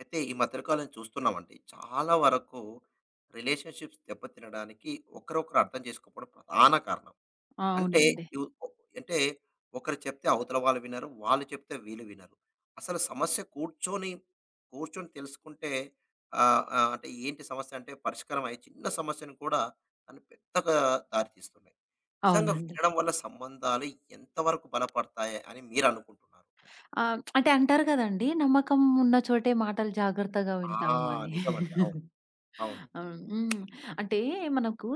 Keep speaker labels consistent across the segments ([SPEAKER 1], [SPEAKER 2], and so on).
[SPEAKER 1] అయితే ఈ మధ్యకాలం చూస్తున్నామండి. చాలా వరకు రిలేషన్‌షిప్స్ దెబ్బతినడానికి ఒకరొకరు అర్థం చేసుకోకపోవడం ప్రధాన కారణం. అంటే
[SPEAKER 2] అవునండి.
[SPEAKER 1] యు ఒ అంటే ఒకరు చెప్తే అవతల వాళ్ళు వినరు. వాళ్ళు చెప్తే వీళ్ళు వినరు. అసలు సమస్య కూర్చొని, తెలుసుకుంటే ఆహ్, ఆహ్, అంటే ఏంటి సమస్య అంటే పరిష్కారం అయ్యే చిన్న సమస్యను కూడా దాన్ని పెద్దగా దారితీస్తున్నాయి. నిజంగా
[SPEAKER 2] అవునండి.
[SPEAKER 1] వినడం వల్ల సంబంధాలు ఎంత వరకు బలపడతాయి అని మీరనుకుంటున్నారు?
[SPEAKER 2] అంటే అంటారు కదండీ! నమ్మకం ఉన్న చోటే మాటలు జాగ్రత్తగా
[SPEAKER 1] ఆ!
[SPEAKER 2] వింటాము అని.
[SPEAKER 1] నిజమండి. అవును. అవును.
[SPEAKER 2] అవును. హ్మ్. అంటే మనకు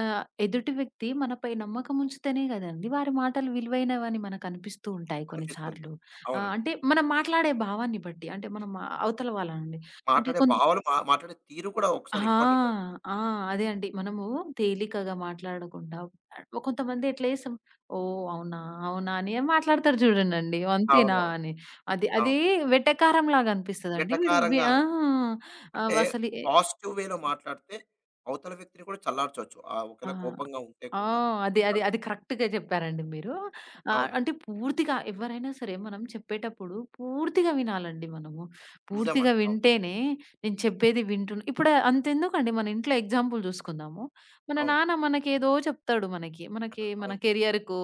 [SPEAKER 2] ఎదుటి వ్యక్తి మనపై నమ్మకం ఉంచితేనే కదండీ! వారి మాటలు విలువైనవని మనకనిపిస్తూ ఉంటాయి
[SPEAKER 1] అనిపిస్తుంది.
[SPEAKER 2] కొన్నిసార్లు.
[SPEAKER 1] అవునండి.
[SPEAKER 2] అంటే మనం మాట్లాడే భావాన్ని బట్టి అంటే మనం అవతల వాళ్ళనండి. అంటే
[SPEAKER 1] మాట్లాడే భావాలు మా మాట్లాడే తీరు కూడా
[SPEAKER 2] ఆ!
[SPEAKER 1] ఒకసారి ఇంపార్టెంట్ అవుతుంది.
[SPEAKER 2] ఆ! అదే అండి. మనము తేలికగా మాట్లాడకుండా కొంతమంది ఎట్లా చేస్తాం, ఓహ్! అవునా? అవునా? అని మాట్లాడతారు చూడండండి. అంతేనా
[SPEAKER 1] అవునవును.
[SPEAKER 2] అని. అది అది
[SPEAKER 1] అవును.
[SPEAKER 2] వెటకారంలాగా అనిపిస్తదండి. వీడు
[SPEAKER 1] వెటకారంగా
[SPEAKER 2] ఆ!
[SPEAKER 1] అంటే
[SPEAKER 2] ఆహ్, అసలు
[SPEAKER 1] పాజిటివ్ వేలో మాట్లాడితే అవతల వ్యక్తిని కూడా చల్లార్చొచ్చు. ఆ
[SPEAKER 2] ఆ!
[SPEAKER 1] ఒకవేళ కోపంగా ఉంటే
[SPEAKER 2] ఆ!
[SPEAKER 1] కూడా చల్లారు.
[SPEAKER 2] అది కరెక్ట్‌గా చెప్పారండి మీరు.
[SPEAKER 1] అవును.
[SPEAKER 2] అంటే పూర్తిగా ఎవరైనా సరే మనం చెప్పేటప్పుడు పూర్తిగా వినాలండి మనము. పూర్తిగా
[SPEAKER 1] నిజమండి. అవును.
[SPEAKER 2] వింటేనే నేను చెప్పేది వింటున్నా ఇప్పుడు అంతెందుకండి మన ఇంట్లో ఎగ్జాంపుల్ చూసుకుందాము. మన
[SPEAKER 1] అవును.
[SPEAKER 2] నాన్న మనకేదో చెప్తాడు మనకి. మనకి మన
[SPEAKER 1] అవును.
[SPEAKER 2] కెరియర్‌కో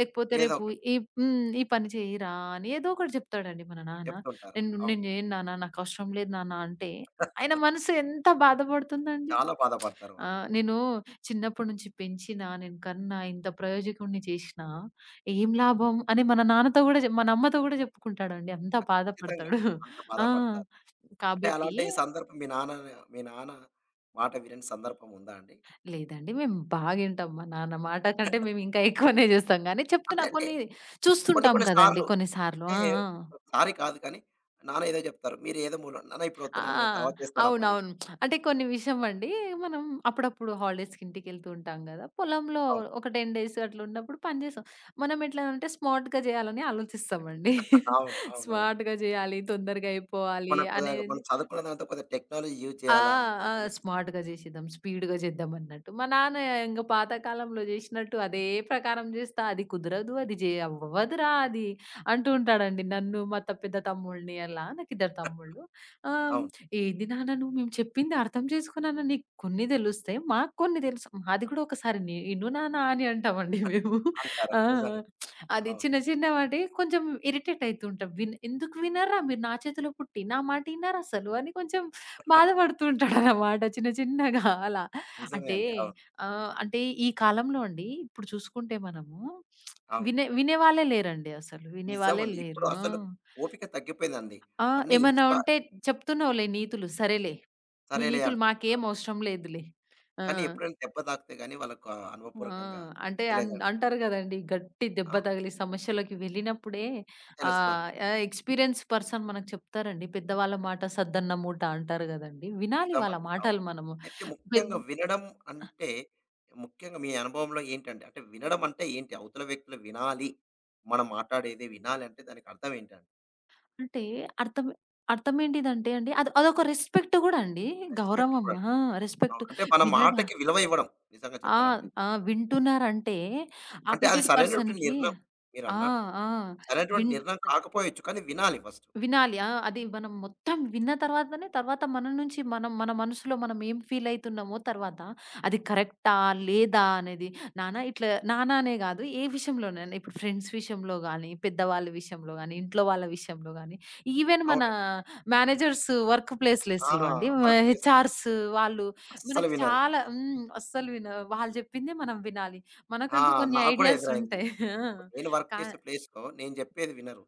[SPEAKER 2] లేకపోతే
[SPEAKER 1] ఏదో
[SPEAKER 2] రేపు
[SPEAKER 1] ఒకటి
[SPEAKER 2] ఈ ఈ పని చేయిరా అని ఏదో ఒకటి చెప్తాడండి మన నాన్న.
[SPEAKER 1] చెప్తుంటారు.
[SPEAKER 2] నేను
[SPEAKER 1] అవును.
[SPEAKER 2] నేను చేయను నాన్న నాకు అవసరం లేదు నాన్న అంటే ఆయన మనసు ఎంత బాధపడుతుందండి.
[SPEAKER 1] చాలా బాధపడతారు
[SPEAKER 2] ఆ!
[SPEAKER 1] వాళ్ళు.
[SPEAKER 2] నేను చిన్నప్పటి నుంచి పెంచినా, నేను కన్నా, ఇంత ప్రయోజకుడిని చేషినా ఏం
[SPEAKER 1] అవును.
[SPEAKER 2] లాభం అని మన నాన్నతో గూడా మన అమ్మతో గూడా జెప్పుకుంటాడండి. అంత
[SPEAKER 1] ఖచ్చితంగా
[SPEAKER 2] బాధపడతాడు.
[SPEAKER 1] అంత
[SPEAKER 2] ఆ!
[SPEAKER 1] బాధపడతారు. అంటే
[SPEAKER 2] కాబట్టి
[SPEAKER 1] అలాంటి సందర్భం మీ నాన్న మాట వినని సందర్భం ఉందా అండి?
[SPEAKER 2] లేదండి. మేము బాగింటాం. మా నాన్న మాట కంటే మేమింకా ఎక్కువనే జేస్తాం గానీ,
[SPEAKER 1] అంటే
[SPEAKER 2] చెప్తున్నా
[SPEAKER 1] అంటే
[SPEAKER 2] కొన్ని
[SPEAKER 1] కొన్ని
[SPEAKER 2] చూస్తుంటాం
[SPEAKER 1] కొన్ని
[SPEAKER 2] కదండీ
[SPEAKER 1] సార్లు
[SPEAKER 2] కొన్నిసార్లు.
[SPEAKER 1] అంటే
[SPEAKER 2] ఆ! ఆ!
[SPEAKER 1] ఒకసారి కాదు కానీ నాన్న ఏదో చెప్తారు. మీరేదో మూల నాన్న ఇప్పుడొద్దు
[SPEAKER 2] ఆ!
[SPEAKER 1] నాన్న నేను తర్వాత చేస్తాను ఆ పని.
[SPEAKER 2] అవునవును. అంటే కొన్ని విషయం అండి మనం అప్పుడప్పుడు హాలిడేస్‌కి ఇంటికెళ్తూ ఉంటాం గదా! పొలంలో
[SPEAKER 1] అవును.
[SPEAKER 2] ఒక 10 డేస్ అట్లున్నప్పుడు పని చేస్తాం. మనం ఎట్లా అంటే స్మార్ట్‌గా చేయాలని ఆలోచిస్తామండి.
[SPEAKER 1] అవును. అవునవును.
[SPEAKER 2] స్మార్ట్‌గా చేయాలి, తొందరగా అయిపోవాలి అనేది
[SPEAKER 1] మనం చదువుకున్న దాంతో కొద్దిగా టెక్నాలజీ యూజ్
[SPEAKER 2] ఆ!
[SPEAKER 1] చేయాలా అని
[SPEAKER 2] ఆ!
[SPEAKER 1] ఆలోచిస్తాం.
[SPEAKER 2] స్మార్ట్‌గా జేసేద్దాం. స్పీడ్‌గా జేద్దామన్నట్టు. మా నాన్న ఇంగ పాతకాలంలో జేసినట్టు అదే ప్రకారం జేస్తా. అది కుదరదు. అది జే అవ్వదురా అది అంటూ ఉంటాడండి. నన్ను మా పెద్ద తమ్ముడిని అలా నాకిద్దరు తమ్ముళ్ళు. ఆహ్,
[SPEAKER 1] అవును.
[SPEAKER 2] "ఏంది నాన్న నువ్వు మేము చెప్పింది అర్థం చేసుకో నాన్న. నీకు కొన్ని తెలుస్తాయి. మాకు కొన్ని తెలుసు. మాది గూడా ఒకసారి ఇను నాన్న" అని అంటామండి మేము.
[SPEAKER 1] అంటారు.
[SPEAKER 2] ఆ!
[SPEAKER 1] నిజంగా.
[SPEAKER 2] అది
[SPEAKER 1] అవును.
[SPEAKER 2] చిన్న చిన్న వాటి కొంచెం ఇరిటేట్ అయితుంటాం. "ఎందుకు వినర్రా మీరు నా చేతిలో పుట్టి నా మాట ఇనరసలు" అని కొంచెం బాధపడుతూ ఉంటాడనమాట చిన్న చిన్నగా అలా.
[SPEAKER 1] నిజమే
[SPEAKER 2] అంటే
[SPEAKER 1] అండి. అవును.
[SPEAKER 2] ఆహ్, అంటే ఈ కాలంలో అండి ఇప్పుడు చూసుకుంటే మనము
[SPEAKER 1] అవును.
[SPEAKER 2] వినేవాళ్ళే లేరండి అసలు. వినేవాళ్ళే
[SPEAKER 1] నిజమండి.
[SPEAKER 2] లేరు.
[SPEAKER 1] ఇప్పుడు
[SPEAKER 2] ఆ!
[SPEAKER 1] అసలు ఓపిక తగ్గిపోయిందండి.
[SPEAKER 2] ఆ!
[SPEAKER 1] అన్నీ
[SPEAKER 2] ఏమన్నా
[SPEAKER 1] ఇన్స్టా
[SPEAKER 2] ఉంటే చెప్తున్నావులే నీతులు సరేలే. నీ
[SPEAKER 1] సరేలే
[SPEAKER 2] నీతులు మాకేం
[SPEAKER 1] అనుకుంటున్నారు.
[SPEAKER 2] అవసరం లేదులే. ఆ!
[SPEAKER 1] కానీ ఎప్పుడైనా దెబ్బ తాకితే గాని వాళ్ళకు ఆ
[SPEAKER 2] ఆ!
[SPEAKER 1] అనుభవపూర్వకంగా
[SPEAKER 2] అంటే
[SPEAKER 1] తెలియదండి.
[SPEAKER 2] అంటారు గదండీ గట్టి దెబ్బ
[SPEAKER 1] అవును.
[SPEAKER 2] తగిలి సమస్యలోకి వెళ్ళినప్పుడే
[SPEAKER 1] తెలుస్తుంది.
[SPEAKER 2] ఆహ్, ఆహ్, ఎక్స్‌పీరియన్స్ పర్సన్ మనకు చెప్తారండి. పెద్దవాళ్ళ మాట సద్దన్న మూట అంటారు గదండీ. వినాలి వాళ్ళ
[SPEAKER 1] నిజమండి. అవును.
[SPEAKER 2] మాటలు మనము.
[SPEAKER 1] అయితే
[SPEAKER 2] పెద్
[SPEAKER 1] ముఖ్యంగా వినడం అంటే, ముఖ్యంగా మీ అనుభవంలో ఏంటండి? అంటే వినడం అంటే ఏంటి? అవతల వ్యక్తులు వినాలి. మనం మాట్లాడేది వినాలి అంటే దానికి అర్థం ఏంటండి?
[SPEAKER 2] అంటే అర్థం అర్థమేంటిదంటే అండి అది అదొక రెస్పెక్ట్ గూడా అండి.
[SPEAKER 1] రెస్పెక్ట్
[SPEAKER 2] గౌరవం.
[SPEAKER 1] కూడా. అండి.
[SPEAKER 2] ఆ! రెస్పెక్ట్
[SPEAKER 1] అవును. అంటే మన
[SPEAKER 2] వినడా
[SPEAKER 1] మాటకి విలువ ఇవ్వడం నిజంగా
[SPEAKER 2] ఆ!
[SPEAKER 1] చెప్పాలంటే.
[SPEAKER 2] ఆ! వింటున్నారంటే
[SPEAKER 1] అంటే అది
[SPEAKER 2] ఆపోజిట్
[SPEAKER 1] సరైనటువంటి
[SPEAKER 2] పర్సన్‌కి
[SPEAKER 1] నిర్ణయం
[SPEAKER 2] ఆ!
[SPEAKER 1] మీరన్నట్టు.
[SPEAKER 2] ఆ!
[SPEAKER 1] సరైనటువంటి
[SPEAKER 2] విన్
[SPEAKER 1] నిర్ణయం కాకపోవచ్చు. కానీ వినాలి ఫస్ట్.
[SPEAKER 2] వినాలి. ఆ! అది మనం మొత్తం విన్న తర్వాతనే తర్వాత మన నుంచి మనం మన మనసులో మనం ఏం ఫీల్ అయితున్నామో తర్వాత అది కరెక్టా? లేదా? అనేది నాన్న ఇట్లా నాన్న అనే కాదు ఏ విషయంలోనైనా ఇప్పుడు ఫ్రెండ్స్ విషయంలో గానీ, పెద్దవాళ్ళ విషయంలో గానీ, ఇంట్లో వాళ్ళ విషయంలో గానీ, ఈవెన్ మన
[SPEAKER 1] అవునండి.
[SPEAKER 2] మేనేజర్స్ వర్క్
[SPEAKER 1] ఆ!
[SPEAKER 2] ప్లేస్‌లెస్‌లో అండి
[SPEAKER 1] వర్క్ ప్లేస్‌లో
[SPEAKER 2] హెచ్ఆర్స్ వాళ్ళు
[SPEAKER 1] అస్సలు
[SPEAKER 2] మనకి
[SPEAKER 1] వినరు.
[SPEAKER 2] చాలా అస్సలు వాళ్ళు చెప్పిందే మనం వినాలి.
[SPEAKER 1] ఆ!
[SPEAKER 2] మనకంటూ కొన్ని
[SPEAKER 1] నాకు కూడా
[SPEAKER 2] ఐడియాస్ ఉంటాయి.
[SPEAKER 1] ఎదురైందండి.
[SPEAKER 2] ఆ!
[SPEAKER 1] ఇప్పుడు నేను వర్క్ చేసే ప్లేస్‌లో నేను చెప్పేది వినరు.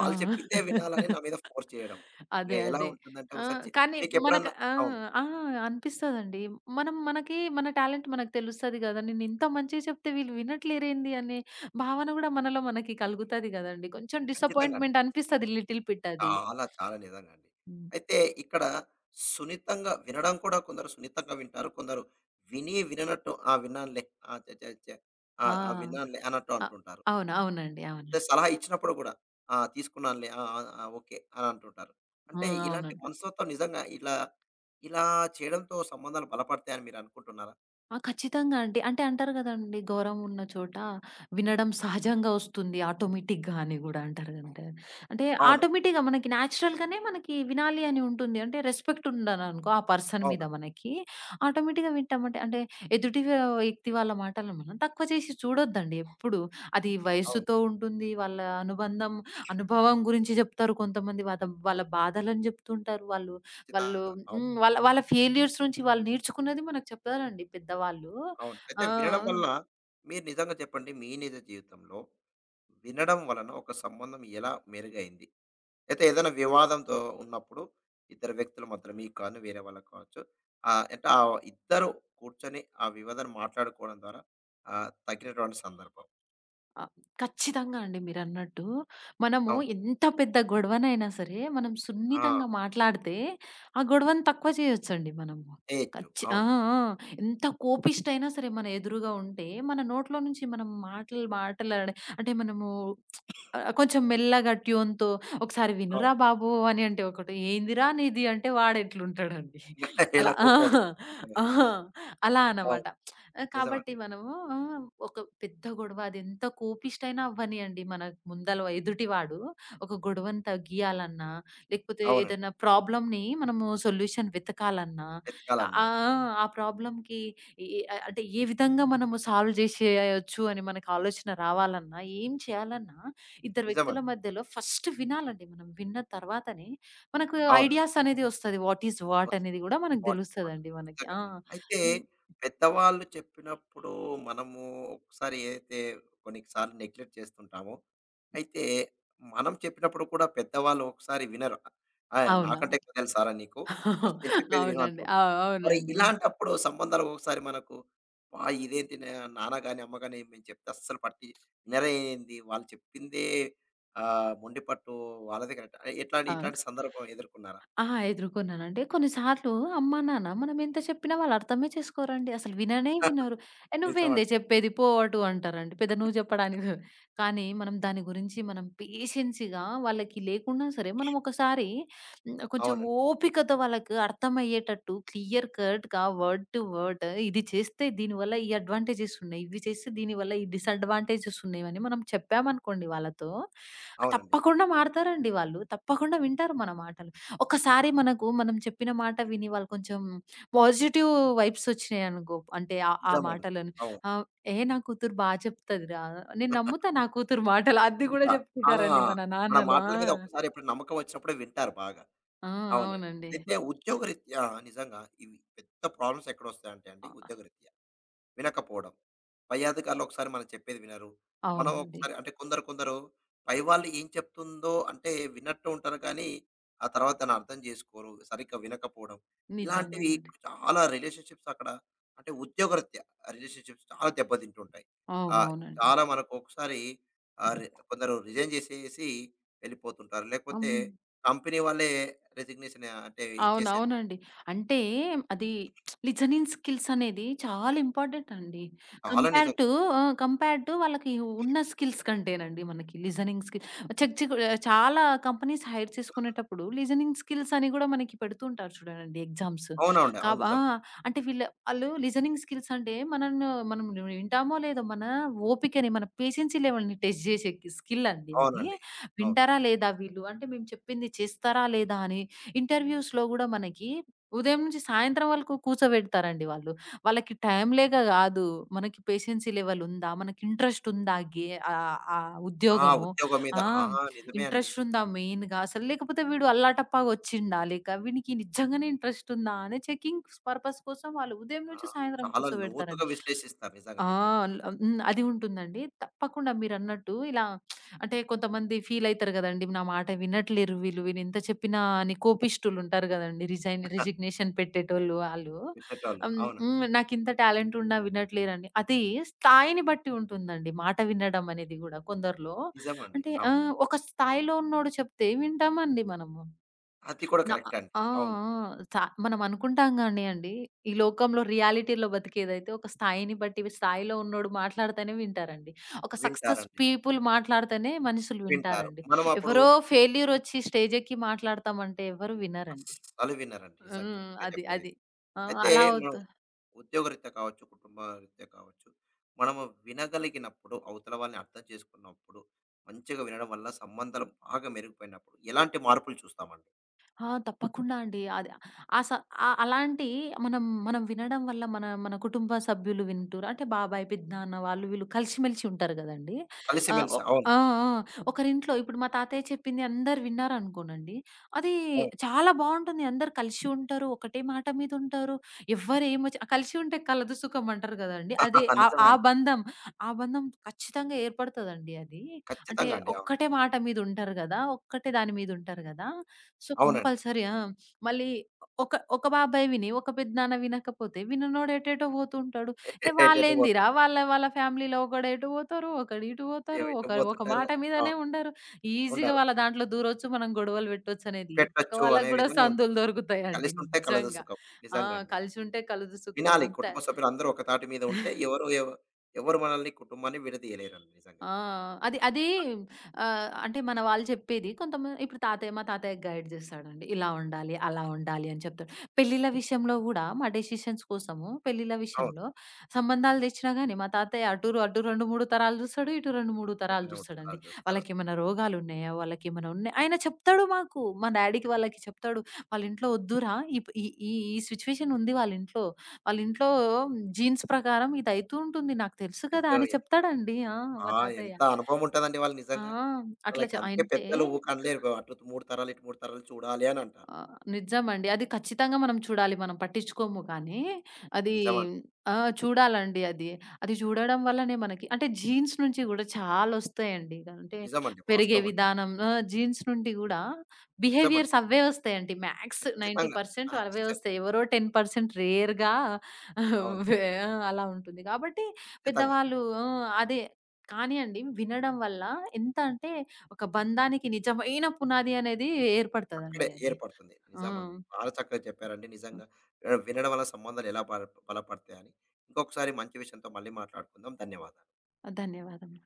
[SPEAKER 1] వాళ్ళు చెప్పిందే వినాలని నా
[SPEAKER 2] ఆ!
[SPEAKER 1] మీద ఫోర్స్ చేయడం. ఇంక
[SPEAKER 2] అదే.
[SPEAKER 1] ఎలా
[SPEAKER 2] అదే.
[SPEAKER 1] ఉంటుందంటే
[SPEAKER 2] ఆ!
[SPEAKER 1] ఒకసారి
[SPEAKER 2] కానీ మనకు
[SPEAKER 1] మీకెప్పుడన్నా
[SPEAKER 2] ఆ!
[SPEAKER 1] అవును.
[SPEAKER 2] ఆ! అనిపిస్తదండి. మనం మనకి మన టాలెంట్ మనకు తెలుస్తది గదా! నేను ఇంత మంచిగా చెప్తే వీళ్ళు వినట్లేరేంది అనే భావన గూడా మనలో మనకి కలుగుతది గదండీ. కొంచెం
[SPEAKER 1] ఖచ్చితంగా అండి.
[SPEAKER 2] డిసప్పాయింట్‌మెంట్ అనిపిస్తది లిటిల్ బిట్ అది.
[SPEAKER 1] చాలా చాలా నిజంగా అండి.
[SPEAKER 2] హ్మ్.
[SPEAKER 1] అయితే ఇక్కడ సున్నితంగా వినడం కూడా కొందరు సున్నితంగా వింటారు. కొందరు విని విననట్టు ఆ! విన్నానులే. ఆ! ఛ ఛ ఛ ఆ!
[SPEAKER 2] ఆ!
[SPEAKER 1] ఆ! విన్నానులే అన్నట్టు
[SPEAKER 2] అ
[SPEAKER 1] అంటుంటారు.
[SPEAKER 2] అవును. అవునండి.
[SPEAKER 1] అదే
[SPEAKER 2] అవునండి.
[SPEAKER 1] సలహా ఇచ్చినప్పుడు గూడా. "ఆ! తీసుకున్నానులే. ఆ! ఆ! ఆ! ఓకే" అని అంటుంటారు.
[SPEAKER 2] ఆ!
[SPEAKER 1] అంటే
[SPEAKER 2] అవును.
[SPEAKER 1] ఇలాంటి మనస్తత్వం నిజంగా ఇలా, ఇలా చేయడంతో సంబంధాలు బలపడతాయని మీరు అనుకుంటున్నారా?
[SPEAKER 2] ఆ! ఖచ్చితంగా అండి. అంటే అంటారు గదండీ! "గౌరవం ఉన్న చోట వినడం సహజంగా వస్తుంది ఆటోమేటిక్‌గా" అని గూడా అంటారు గదండీ! అంటే
[SPEAKER 1] అవును.
[SPEAKER 2] ఆటోమేటిక్‌గా మనకి న్యాచురల్‌గానే మనకి వినాలి అని ఉంటుంది. అంటే రెస్పెక్ట్ ఉందననుకో ఆ పర్సన్ మీద
[SPEAKER 1] అవునండి.
[SPEAKER 2] మనకి ఆటోమేటిక్‌గా వింటామంటే అంటే ఎదుటి వ్య వ్యక్తి వాళ్ళ మాటలను మనం తక్కువ చేసి చూడొద్దండి ఎప్పుడు. అది
[SPEAKER 1] అవును.
[SPEAKER 2] వయస్సుతో ఉంటుంది. వాళ్ళ అనుబంధం, అనుభవం గురించి జెప్తారు కొంతమంది. వాళ్ళ బాధలను జెప్తుంటారు వాళ్ళు. వాళ్ళు
[SPEAKER 1] ఖచ్చితంగా. అవును.
[SPEAKER 2] వాళ్ళ వాళ్ళ ఫెయిల్యూర్స్ నుంచి వాళ్ళు నేర్చుకున్నది మనకు చెప్తారండి పెద్దవాళ్ళు.
[SPEAKER 1] అవును. అయితే
[SPEAKER 2] ఆ!
[SPEAKER 1] వినడం వల్ల మీరు నిజంగా చెప్పండి మీ నిజ జీవితంలో వినడం వలన ఒక సంబంధం ఎలా మెరుగైంది? అయితే ఏదైనా వివాదంతో ఉన్నప్పుడు ఇద్దరు వ్యక్తుల మధ్యలో మీకు కాని వేరే వాళ్ళకి కావచ్చు. ఆహ్, అంటే ఆ ఇద్దరు కూర్చొని ఆ వివాదాన్ని మాట్లాడుకోవడం ద్వారా తగ్గినటువంటి సందర్భం.
[SPEAKER 2] ఆ! ఖచ్చితంగా అండి మీరన్నట్టు. మనము
[SPEAKER 1] అవును.
[SPEAKER 2] ఎంత పెద్ద గొడవనైనా సరే, మనం
[SPEAKER 1] ఆ!
[SPEAKER 2] సున్నితంగా మాట్లాడితే, ఆ గొడవను తక్కువ చేయొచ్చండి మనము.
[SPEAKER 1] చేయొచ్చు.
[SPEAKER 2] ఆ!
[SPEAKER 1] అవును.
[SPEAKER 2] ఆ! ఎంత కోపిష్టయినా సరే మన ఎదురుగా ఉంటే, మన నోట్లో నుంచి మనం మాటలాడే అంటే మనము కొంచెం మెల్లగా ట్యూన్‌తో "ఒకసారి
[SPEAKER 1] అవును.
[SPEAKER 2] వినురా బాబు" అని అంటే ఒకటి, "ఏందిరా నీది" అంటే వాడెట్లుంటాడండి.
[SPEAKER 1] ఇలా
[SPEAKER 2] అలా ఆ!
[SPEAKER 1] కోపం వస్తుంది. నిజమే.
[SPEAKER 2] ఆ! అలా అన్నమాట.
[SPEAKER 1] అవును.
[SPEAKER 2] ఆ! కాబట్టి
[SPEAKER 1] నిజమండి.
[SPEAKER 2] మనము ఆ! ఒక పెద్ద గొడవ అదెంత కోపిష్టైనా అవ్వనియండి మన ముందల ఎదుటివాడు ఒక గొడవను తగ్గియాలన్నా, లేకపోతే
[SPEAKER 1] అవునండి.
[SPEAKER 2] ఏదైనా ప్రాబ్లమ్‌ని మనము సొల్యూషన్ వెతకాలన్నా,
[SPEAKER 1] వెతకాలన్నా.
[SPEAKER 2] ఆ ప్రాబ్లమ్‌కి ఎ ఎ అంటే ఏ విధంగా మనము సాల్వ్ చేసేయొచ్చు అని మనకు ఆలోచన రావాలన్నా, ఏం చేయాలన్నా ఇద్దరు వ్యక్తుల
[SPEAKER 1] నిజమండి.
[SPEAKER 2] మధ్యలో ఫస్ట్ వినాలండి మనం. విన్న తర్వాతనే మనకు
[SPEAKER 1] అవును.
[SPEAKER 2] ఐడియాస్ అనేది వస్తది. వాట్ ఈస్ వాట్
[SPEAKER 1] వస్తుంది.
[SPEAKER 2] అనేది గూడా మనకు
[SPEAKER 1] వాటర్ వాటర్.
[SPEAKER 2] తెలుస్తదండి మనకి.
[SPEAKER 1] నిజంగా.
[SPEAKER 2] ఆ!
[SPEAKER 1] అయితే
[SPEAKER 2] హ్మ్.
[SPEAKER 1] పెద్దవాళ్ళు చెప్పినప్పుడు మనము ఒకసారి ఏదైతే కొన్ని సార్లు నెగ్లెక్ట్ చేస్తుంటామో, అయితే మనం చెప్పినప్పుడు కూడా పెద్దవాళ్ళు ఒకసారి వినరు. ఆహ్,
[SPEAKER 2] అవునా?
[SPEAKER 1] "నాకంటే ఎక్కువ తెలుసారా నీకు? ఫస్ట్ నేను చెప్పేది విను" అంటూ
[SPEAKER 2] అవునండి. ఆ!
[SPEAKER 1] ఉంటారు. మరి
[SPEAKER 2] అవునండి.
[SPEAKER 1] ఇలాంటప్పుడు సంబంధాలు ఒకసారి మనకు "అబ్బా! ఇదేంటి నాన్న గాని, అమ్మ గాని మేము చెప్తే అస్సలు పట్టి వినరే ఏంది? వాళ్ళు చెప్పిందే ఆహ్, మొండిపట్టు వాళ్ళదే కరెక్ట్" ఎట్లాంటి
[SPEAKER 2] అవును.
[SPEAKER 1] ఇట్లాంటి సందర్భం ఎదుర్కొన్నారా?
[SPEAKER 2] ఆ! ఎదుర్కొన్నానండి. కొన్ని సార్లు అమ్మా, నాన్న మనం ఎంత చెప్పినా వాళ్ళు అర్థమే చేసుకోరండి. అసలు విననే వినరు. "ఏ నువ్వేందే
[SPEAKER 1] నిజమండి.
[SPEAKER 2] చెప్పేది పో అటు" అంటారండి. పెద్ద నువ్వు చెప్పడానికి కానీ మనం దాని గురించి మనం పేషెన్స్‌గా వాళ్ళకి లేకున్నా సరే, మనం ఒకసారి కొంచెం
[SPEAKER 1] అవునండి.
[SPEAKER 2] ఓపికతో వాళ్ళకి అర్థమయ్యేటట్టు క్లియర్ కట్‌గా వర్డ్ టు వర్డ్ ఇది చేస్తే దీనివల్ల ఈ అడ్వాంటేజెస్ ఉన్నాయి. ఇవి చేస్తే దీనివల్ల ఈ డిసడ్వాంటేజెస్ ఉన్నాయి అని మనం చెప్పామనుకోండి వాళ్ళతో,
[SPEAKER 1] అవునండి.
[SPEAKER 2] తప్పకుండా మారతారండి వాళ్ళు. తప్పకుండా వింటారు మన మాటలు. ఒకసారి మనకు మనం చెప్పిన మాట విని వాళ్ళు కొంచెం పాజిటివ్ వైబ్స్ వచ్చినాయనుకో. అంటే ఆ
[SPEAKER 1] నిజమండి.
[SPEAKER 2] మాటలను
[SPEAKER 1] అవును.
[SPEAKER 2] ఆహ్, "ఏ నా కూతురు బా చెప్తదిరా" నేను నమ్ముతా నా కూతురు మాటలు. అది కూడా
[SPEAKER 1] నమ్ముతా. ఆ!
[SPEAKER 2] చెప్తుంటారండి మన
[SPEAKER 1] మన
[SPEAKER 2] నాన్నలు. ఆ!
[SPEAKER 1] మాటల మీద ఒక్కసారి ఎప్పుడు నమ్మకం వచ్చినప్పుడే వింటారు బాగా.
[SPEAKER 2] ఆ!
[SPEAKER 1] అవునండి.
[SPEAKER 2] అవునండి.
[SPEAKER 1] అయితే ఉద్యోగరీత్యా నిజంగా ఇవి పెద్ద ప్రాబ్లమ్స్ ఎక్కడొస్తాయంటే అండి
[SPEAKER 2] అ
[SPEAKER 1] ఉద్యోగరీత్యా వినకపోవడం. పై అధికారులు ఒకసారి మనం చెప్పేది వినరు. మనం
[SPEAKER 2] అవునండి.
[SPEAKER 1] ఒకసారి అంటే కొందరు కొందరు పై వాళ్ళు ఏం చెప్తుందో అంటే విన్నట్టు ఉంటారు కానీ, ఆ తర్వాత దాన్ని అర్థం చేసుకోరు. సరిగ్గా వినకపోవడం. ఇలాంటివి
[SPEAKER 2] నిజంగానండి.
[SPEAKER 1] చాలా రిలేషన్‌షిప్స్ అక్కడ అంటే ఉద్యోగరీత్యా రిలేషన్‌షిప్స్ చాలా దెబ్బతింటుంటాయి. ఆహ్,
[SPEAKER 2] అవునవునండి.
[SPEAKER 1] చాలా మనకు ఒకసారి ఆహ్, రి కొందరు రిజైన్ చేసేసి వెళ్ళిపోతుంటారు. లేకపోతే
[SPEAKER 2] హ్మ్.
[SPEAKER 1] కంపెనీ వాళ్ళే రిజిగ్నేషన్ అంటే ఇచ్చేసే
[SPEAKER 2] అవునవునండి. అంటే అది లిజనింగ్ స్కిల్స్ అనేది చాలా ఇంపార్టెంట్ అండి.
[SPEAKER 1] చాలా
[SPEAKER 2] కంపేర్
[SPEAKER 1] నిజం.
[SPEAKER 2] టు కంపేర్ టు వాళ్ళకి ఉన్న స్కిల్స్ కంటేనండి మనకి లిజనింగ్ స్కిల్ చెక్ చెక్ చాలా కంపెనీస్ హైర్ చేసుకునేటప్పుడు లిజనింగ్ స్కిల్స్ అని గూడా మనకి పెడుతూ ఉంటారు చూడండి ఎగ్జామ్స్.
[SPEAKER 1] అవునండి. అవును
[SPEAKER 2] ఆ!
[SPEAKER 1] నిజం.
[SPEAKER 2] అంటే ఆళ్ళు లిజనింగ్ స్కిల్స్ అంటే మనల్ని మనం వింటామో లేదో మన ఓపికని, మన పేషెన్సీ లెవెల్‌ని టెస్ట్ జేసే స్కిల్ అండి ఇది.
[SPEAKER 1] అవునండి. అవును.
[SPEAKER 2] వింటారా లేదా వీళ్ళు? అంటే మేము చెప్పింది చేస్తారా లేదా అని ఇంటర్‌వ్యూస్‌లో గూడా మనకి ఉదయం నుంచి సాయంత్రం వరకు కూర్చోబెడతారండి వాళ్ళు. వాళ్ళకి టైమ్ లేక గాదు. మనకి పేషెన్సీ లెవెల్ ఉందా? మనకి ఇంట్రెస్ట్ ఉందా? గే ఆహ్, ఆ
[SPEAKER 1] ఆ!
[SPEAKER 2] ఉద్యోగము.
[SPEAKER 1] ఉద్యోగం మీద.
[SPEAKER 2] ఆ!
[SPEAKER 1] ఆ! నిజమే అండి.
[SPEAKER 2] ఇంట్రెస్ట్ ఉందా మెయిన్‌గా? అసలు లేకపోతే వీడు అల్లాటప్పగా వచ్చిండా? లేక వీనికి నిజంగానే ఇంట్రెస్ట్ ఉందా? అనే చెకింగ్ పర్పస్ కోసం వాళ్ళు ఉదయం
[SPEAKER 1] ఆ!
[SPEAKER 2] నుంచి సాయంత్రం
[SPEAKER 1] చాలా లోతుగా
[SPEAKER 2] కూర్చోబెడతారండి.
[SPEAKER 1] విశ్లేషిస్తారు నిజంగా
[SPEAKER 2] ఆ!
[SPEAKER 1] మీరు
[SPEAKER 2] అల్ హ్మ్. అది ఉంటుందండి. తప్పకుండా మీరన్నట్టు ఇలా అంటే కొంతమంది ఫీల్ అయితారు గదండీ! నా మాట వినట్లేరు వీళ్ళు. నేనెంత చెప్పినా అని కోపిష్ఠులుంటారు గదండీ! రిజిగ్నేషన్ పెట్టేటోళ్ళు ఆళ్ళు.
[SPEAKER 1] చెప్పేటోళ్ళు.
[SPEAKER 2] హ్మ్.
[SPEAKER 1] అవును.
[SPEAKER 2] హ్మ్. నాకింత టాలెంట్ ఉన్నా వినట్లేరని. అది స్థాయిని బట్టి ఉంటుందండి. మాట వినడం అనేది గూడా కొందరిలో.
[SPEAKER 1] నిజమండి.
[SPEAKER 2] అంటే
[SPEAKER 1] అవును.
[SPEAKER 2] ఒక స్థాయిలో ఉన్నోడు చెప్తే వింటామండి మనము.
[SPEAKER 1] అది కూడా కరెక్టే అండి.
[SPEAKER 2] ఆ! ఆ!
[SPEAKER 1] అవును.
[SPEAKER 2] మనం అనుకుంటాం గాని అండి, ఈ లోకంలో రియాలిటీలో బతికేదైతే ఒక స్థాయిని బట్టి స్థాయిలో ఉన్నోడు మాట్లాడితేనే వింటారండి. ఒక సక్సెస్
[SPEAKER 1] వింటారండి.
[SPEAKER 2] పీపుల్ మాట్లాడితేనే మనుషులు
[SPEAKER 1] వింటారు.
[SPEAKER 2] వింటారండి.
[SPEAKER 1] మనం అప్పుడు
[SPEAKER 2] ఎవరో ఫెయిల్యూర్ వచ్చి స్టేజ్ ఎక్కి మాట్లాడతామంటే ఎవరు వినరండి.
[SPEAKER 1] అస్సలు వినరండి. నిజం
[SPEAKER 2] హ్మ్.
[SPEAKER 1] కరెక్టే
[SPEAKER 2] అది
[SPEAKER 1] చెప్పారయితే.
[SPEAKER 2] అది. ఆ!
[SPEAKER 1] అయితే అయితే
[SPEAKER 2] అలా
[SPEAKER 1] మనం
[SPEAKER 2] అవుతు
[SPEAKER 1] ఉద్యోగరీత్యా కావచ్చు, కుటుంబ రీత్యా కావచ్చు, మనము వినగలిగినప్పుడు, అవతల వాళ్ళని అర్థం చేసుకున్నప్పుడు, మంచిగా వినడం వల్ల సంబంధాలు బాగా మెరుగుపోయినప్పుడు, ఎలాంటి మార్పులు చూస్తామండి?
[SPEAKER 2] ఆ! తప్పకుండా అండి. అది ఆ స అలాంటి మనం మనం వినడం వల్ల మన మన కుటుంబ సభ్యులు వింటూరు అంటే బాబాయ్, పెద్దనాన్న వాళ్ళు వీళ్ళు కలిసిమెలిసి ఉంటారు గదండీ. ఆహ్, ఒ
[SPEAKER 1] కలిసిమెలిసి. అవును.
[SPEAKER 2] ఆ! ఆ! ఒకరింట్లో ఇప్పుడు మా తాతయ్య చెప్పింది అందరూ విన్నారనుకోనండి. అది
[SPEAKER 1] అవును.
[SPEAKER 2] చాలా బావుంటుంది. అందరూ కలిసి ఉంటారు. ఒకటే మాట మీద ఉంటారు. ఎవ్వరు ఏమొచ్చి కలిసి ఉంటే కలదు సుఖం అంటారు గదండీ. అదే ఆ
[SPEAKER 1] నిజమే
[SPEAKER 2] ఆ
[SPEAKER 1] అండి.
[SPEAKER 2] బంధం ఆ బంధం ఖచ్చితంగా ఏర్పడతదండి అది. అంటే
[SPEAKER 1] ఖచ్చితంగా అండి. అవును.
[SPEAKER 2] ఒక్కటే మాట మీద ఉంటారు గదా! ఒక్కటే దాని మీద ఉంటారు గదా! సో,
[SPEAKER 1] అవునండి.
[SPEAKER 2] కంపల్సరీ. ఆ! మళ్ళీ ఒక ఒక బాబాయ్ విని, ఒక పెద్దనాన్న వినకపోతే, విననోడు ఎటెటో పోతూ ఉంటాడు. ఏ
[SPEAKER 1] ఎటెటు పోతారు.
[SPEAKER 2] వాళ్ళ ఫ్యామిలీలో ఒకడు ఎటు పోతారు, ఒకడు ఇటు పోతారు,
[SPEAKER 1] ఎటు
[SPEAKER 2] ఒకరు ఒక
[SPEAKER 1] పోతుంటారు.
[SPEAKER 2] మాట
[SPEAKER 1] ఆ!
[SPEAKER 2] మీదనే ఉండరు. ఈజీగా
[SPEAKER 1] ఉండరు.
[SPEAKER 2] వాళ్ళ దాంట్లో దూరొచ్చు, మనం గొడవలు పెట్టొచ్చనేది పక్క
[SPEAKER 1] పెట్టొచ్చు అనే
[SPEAKER 2] వాళ్ళకి గూడా
[SPEAKER 1] విధంగా
[SPEAKER 2] సందులు
[SPEAKER 1] ఉంటారు.
[SPEAKER 2] దొరుకుతాయండి
[SPEAKER 1] కలిసుంటే కలదు
[SPEAKER 2] నిజంగా.
[SPEAKER 1] సుఖం.
[SPEAKER 2] ఆ!
[SPEAKER 1] నిజంగా అండి.
[SPEAKER 2] కలిసుంటే కలుదు సుఖం
[SPEAKER 1] వినాలి
[SPEAKER 2] ఎంత
[SPEAKER 1] కుటుంబ సభ్యులందరూ ఒక తాటి మీద ఉంటే ఎవరు మనల్ని కుటుంబాన్ని విడదీయలేరండి నిజంగా.
[SPEAKER 2] ఆ! అది అదీ అంటే మన వాళ్ళు చెప్పేది కొంతమంది ఇప్పుడు మా తాతయ్య గైడ్ జేస్తాడండి. ఇలా ఉండాలి, అలా ఉండాలి అని చెప్తాడు. పెళ్ళిళ్ళ
[SPEAKER 1] అవును.
[SPEAKER 2] విషయంలో సంబంధాలు తెచ్చినా గానీ మా తాతయ్య అటు 2, 3 తరాలు జూస్తాడు. ఇటు 2, 3 తరాలు
[SPEAKER 1] ఇట్లనే ఉంటారు
[SPEAKER 2] జూస్తాడండి.
[SPEAKER 1] వాళ్ళు చూస్తారు.
[SPEAKER 2] వాళ్ళకేమైనా రోగాలున్నాయా? వాళ్ళకేమైనా ఉన్నాయా? ఆయన చెప్తాడు మాకు. మా డ్యాడీకి వాళ్ళకి చెప్తాడు. వాళ్ళ ఇంట్లో ఒద్దురా! ఇప్ ఈ ఈ ఈ సిట్యుయేషన్ ఉంది వాళ్ళ ఇంట్లో. వాళ్ళ ఇంట్లో జీన్స్ ప్రకారం ఇదయితూ ఉంటుంది. నాకు తెలుసు కదా!
[SPEAKER 1] అయ్యో!
[SPEAKER 2] అని
[SPEAKER 1] ఎ
[SPEAKER 2] చెప్తాడండి. ఆ! మా
[SPEAKER 1] ఆ!
[SPEAKER 2] తాతయ్య.
[SPEAKER 1] ఎంత అనుభవం ఉంటదండి వాళ్ళు
[SPEAKER 2] ఆ!
[SPEAKER 1] నిజంగా.
[SPEAKER 2] అట్లా
[SPEAKER 1] వాళ్ళకి
[SPEAKER 2] చ
[SPEAKER 1] అందుకే
[SPEAKER 2] అంటే
[SPEAKER 1] పెద్దలు ఊకె అనలేరు. అటు 3 తరాలు, ఇటు 3 తరాలు చూడాలి అని అంటారు.
[SPEAKER 2] ఆ! నిజమండి. అది ఖచ్చితంగా మనం చూడాలి. మనం పట్టించుకోము కానీ, అది
[SPEAKER 1] నిజమండి.
[SPEAKER 2] ఆ! చూడాలండి అది. అది చూడడం వల్లనే మనకి అంటే జీన్స్ నుంచి గూడా చాలొస్తాయండి. అంటే
[SPEAKER 1] నిజమండి.
[SPEAKER 2] పెరిగే
[SPEAKER 1] వాస్తవం అండి.
[SPEAKER 2] విధానం ఆ! జీన్స్ నుండి గూడా
[SPEAKER 1] నిజమండి.
[SPEAKER 2] బిహేవియర్స్ అవే వస్తాయండి. మ్యాక్స్
[SPEAKER 1] ఖచ్చితంగా.
[SPEAKER 2] 90% అవే
[SPEAKER 1] యాక్సెప్ట్
[SPEAKER 2] వస్తాయి. ఎవరో 10% రేర్‌గా
[SPEAKER 1] అవును.
[SPEAKER 2] వే ఆ! అలా ఉంటుంది. కాబట్టి
[SPEAKER 1] ఖచ్చితంగా.
[SPEAKER 2] పెద్దవాళ్ళు ఆ! అదే. కానీ అండి వినడం వల్ల ఎంత అంటే, ఒక బంధానికి నిజమైన పునాది అనేది
[SPEAKER 1] అక్కడే
[SPEAKER 2] ఏర్పడతదండి అది.
[SPEAKER 1] ఏర్పడుతుంది.
[SPEAKER 2] ఆ!
[SPEAKER 1] నిజమండి. చాలా చక్కగా చెప్పారండి నిజంగా. ఆహ్, వినడం వల్ల సంబంధాలు ఎలా బలపడతాయని. ఇంకొకసారి మంచి విషయంతో మళ్ళీ మాట్లాడుకుందాం. ధన్యవాదాలు.
[SPEAKER 2] ధన్యవాదములు.